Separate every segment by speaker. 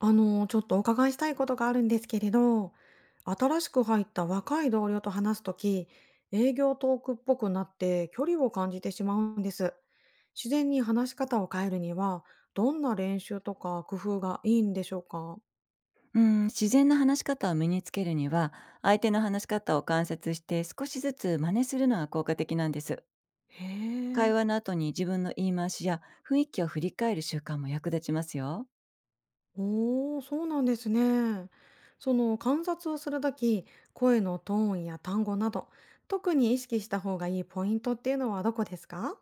Speaker 1: ちょっとお伺いしたいことがあるんですけれど、新しく入った若い同僚と話すとき、営業トークっぽくなって距離を感じてしまうんです。自然に話し方を変えるには、どんな練習とか工夫がいいんでしょうか？
Speaker 2: うん、自然な話し方を身につけるには、相手の話し方を観察して少しずつ真似するのが効果的なんです。
Speaker 1: へ
Speaker 2: 会
Speaker 1: え、
Speaker 2: 話の後に自分の言い回しや雰囲気を振り返る習慣も役立ちますよ。
Speaker 1: おー、そうなんですね。その観察をするとき、声のトーンや単語など、特に意識した方がいいポイントっていうのはどこですか？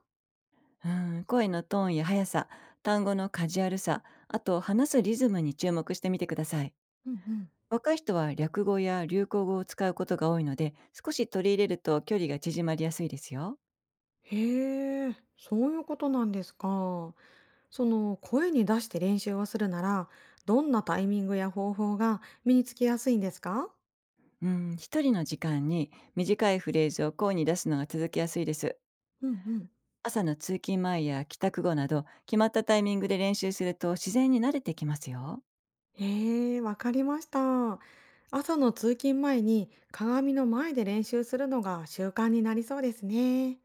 Speaker 2: うん、声のトーンや速さ、単語のカジュアルさ、あと話すリズムに注目してみてください。
Speaker 1: うん。
Speaker 2: 若い人は略語や流行語を使うことが多いので、少し取り入れると距離が縮まりやすいですよ。
Speaker 1: へえ、そういうことなんですか。その声に出して練習をするなら、どんなタイミングや方法が身につきやすいんですか？
Speaker 2: うん、一人の時間に短いフレーズを声に出すのが続きやすいです。
Speaker 1: うんうん。
Speaker 2: 朝の通勤前や帰宅後など、決まったタイミングで練習すると自然に慣れてきますよ。
Speaker 1: へえ、わかりました。朝の通勤前に鏡の前で練習するのが習慣になりそうですね。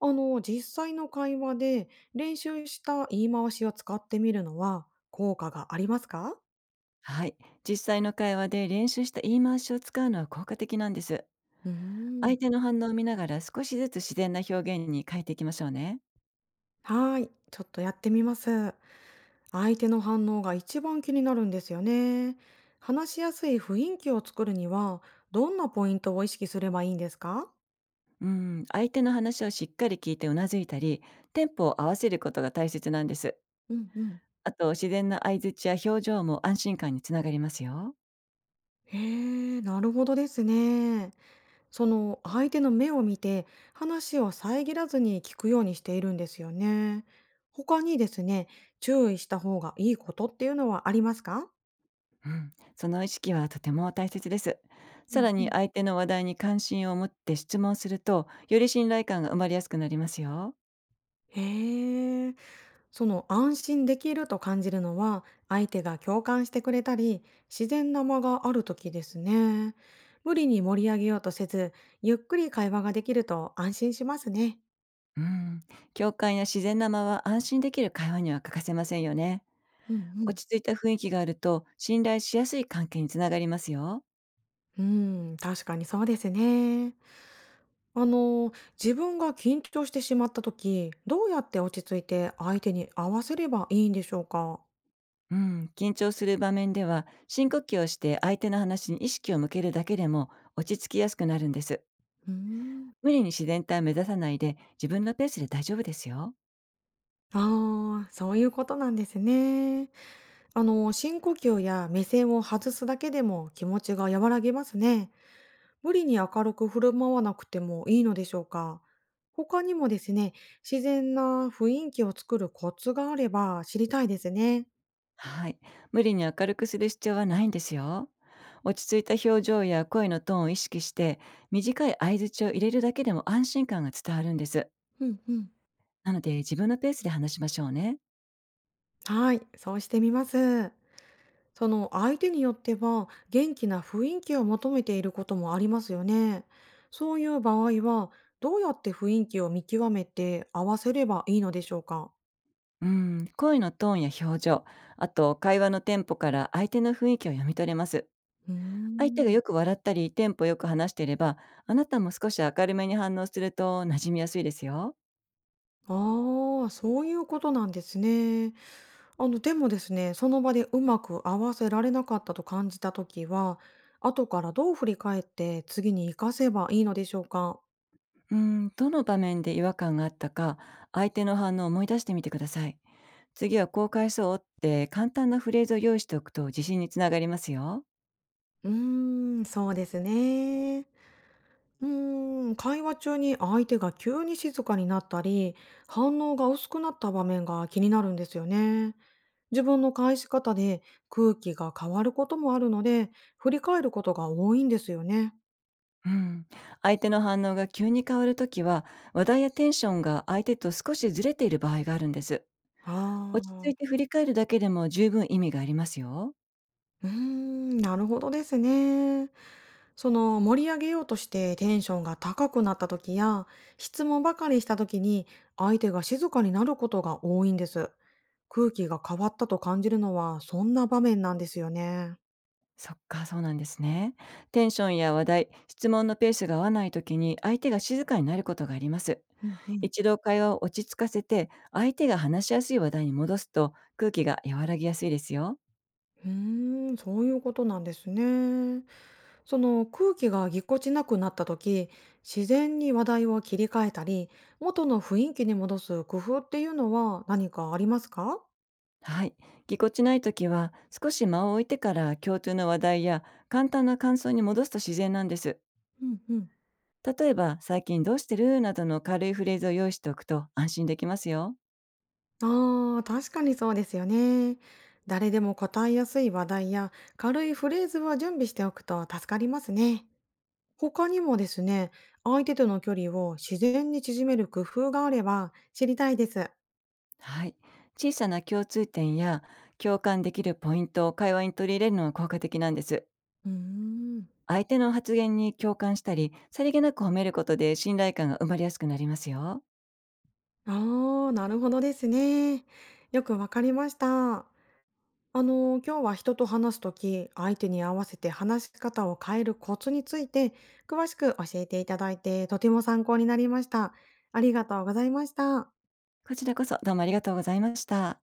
Speaker 1: あの、実際の会話で練習した言い回しを使ってみるのは効果がありますか？
Speaker 2: はい。実際の会話で練習した言い回しを使うのは効果的なんです。
Speaker 1: うーん。
Speaker 2: 相手の反応を見ながら少しずつ自然な表現に変えていきましょうね。
Speaker 1: はーい、ちょっとやってみます。相手の反応が一番気になるんですよね。話しやすい雰囲気を作るには、どんなポイントを意識すればいいんですか？
Speaker 2: うん、相手の話をしっかり聞いてうなずいたり、テンポを合わせることが大切なんです。
Speaker 1: うんうん。
Speaker 2: あと、自然な相槌や表情も安心感につながりますよ。
Speaker 1: へえ、なるほどですね。その相手の目を見て話を遮らずに聞くようにしているんですよね。他にですね、注意した方がいいことっていうのはありますか？
Speaker 2: うん、その意識はとても大切です。
Speaker 1: う
Speaker 2: さ
Speaker 1: ん
Speaker 2: ら
Speaker 1: う
Speaker 2: に
Speaker 1: ん、
Speaker 2: 相手の話題に関心を持って質問すると、より信頼感が生まれやすくなりますよ。
Speaker 1: へえ。その安心できると感じるのは相手が共感してくれたり自然な間がある時ですね。無理に盛り上げようとせずゆっくり会話ができると安心しますね。
Speaker 2: うん、共感や自然な間は安心できる会話には欠かせませんよね。
Speaker 1: うんうん。
Speaker 2: 落ち着いた雰囲気があると、信頼しやすい関係につながりますよ。
Speaker 1: うん、確かにそうですね。あの、自分が緊張してしまった時、どうやって落ち着いて相手に合わせればいいんでしょうか。
Speaker 2: うん、緊張する場面では、深呼吸をして相手の話に意識を向けるだけでも落ち着きやすくなるんです。
Speaker 1: うーん。
Speaker 2: 無理に自然体を目指さないで、自分のペースで大丈夫ですよ。
Speaker 1: ああ、そういうことなんですね。あの、深呼吸や目線を外すだけでも気持ちが和らぎますね。無理に明るく振る舞わなくてもいいのでしょうか。他にもですね、自然な雰囲気を作るコツがあれば知りたいですね。
Speaker 2: はい。無理に明るくする必要はないんですよ。落ち着いた表情や声のトーンを意識して、短い相槌を入れるだけでも安心感が伝わるんです。
Speaker 1: うんうん。
Speaker 2: なので、自分のペースで話しましょうね。
Speaker 1: はい、そうしてみます。その相手によっては元気な雰囲気を求めていることもありますよね。そういう場合は、どうやって雰囲気を見極めて合わせればいいのでしょうか。
Speaker 2: うん、声のトーンや表情、あと会話のテンポから相手の雰囲気を読み取れます。
Speaker 1: うー
Speaker 2: 相手が
Speaker 1: ん。
Speaker 2: よく笑ったり、テンポよく話していれば、あなたも少し明るめに反応すると馴染みやすいですよ。
Speaker 1: ああ、そういうことなんですね。あの、でもですね、その場でうまく合わせられなかったと感じたときは、後からどう振り返って次に活かせばいいのでしょうか？
Speaker 2: うん、どの場面で違和感があったか、相手の反応を思い出してみてください。次はこう返そうって簡単なフレーズを用意しておくと自信につながりますよ。
Speaker 1: うーん、そうですね。うーん、会話中に相手が急に静かになったり、反応が薄くなった場面が気になるんですよね。自分の返し方で空気が変わることもあるので、振り返ることが多いんですよね。
Speaker 2: うん。相手の反応が急に変わるときは、話題やテンションが相手と少しずれている場合があるんです。
Speaker 1: あ
Speaker 2: 落ち着いて
Speaker 1: あ。
Speaker 2: 振り返るだけでも十分意味がありますよ。
Speaker 1: うーん、なるほどですね。その盛り上げようとしてテンションが高くなった時や質問ばかりした時に相手が静かになることが多いんです。空気が変わったと感じるのはそんな場面なんですよね。
Speaker 2: そっか、そうなんですね。テンションや話題、質問のペースが合わないときに相手が静かになることがあります。
Speaker 1: うんうん。
Speaker 2: 一度会話を落ち着かせて、相手が話しやすい話題に戻すと空気が和らぎやすいですよ。
Speaker 1: うーん、そういうことなんですね。その空気がぎこちなくなった時、自然に話題を切り替えたり、元の雰囲気に戻す工夫っていうのは何かありますか？
Speaker 2: はい。ぎこちないときは、少し間を置いてから共通の話題や簡単な感想に戻すと自然なんです。
Speaker 1: ううん、ん。
Speaker 2: 例えば、最近どうしてるなどの軽いフレーズを用意しておくと安心できますよ。
Speaker 1: ああ、確かにそうですよね。誰でも答えやすい話題や軽いフレーズは準備しておくと助かりますね。他にもですね、相手との距離を自然に縮める工夫があれば知りたいです。
Speaker 2: はい。小さな共通点や共感できるポイントを会話に取り入れるのは効果的なんです。
Speaker 1: うーん。
Speaker 2: 相手の発言に共感したり、さりげなく褒めることで信頼感が生まれやすくなりますよ。
Speaker 1: ああ、なるほどですね。よくわかりました。あの、今日は人と話すとき、相手に合わせて話し方を変えるコツについて、詳しく教えていただいて、とても参考になりました。ありがとうございました。
Speaker 2: こちらこそどうもありがとうございました。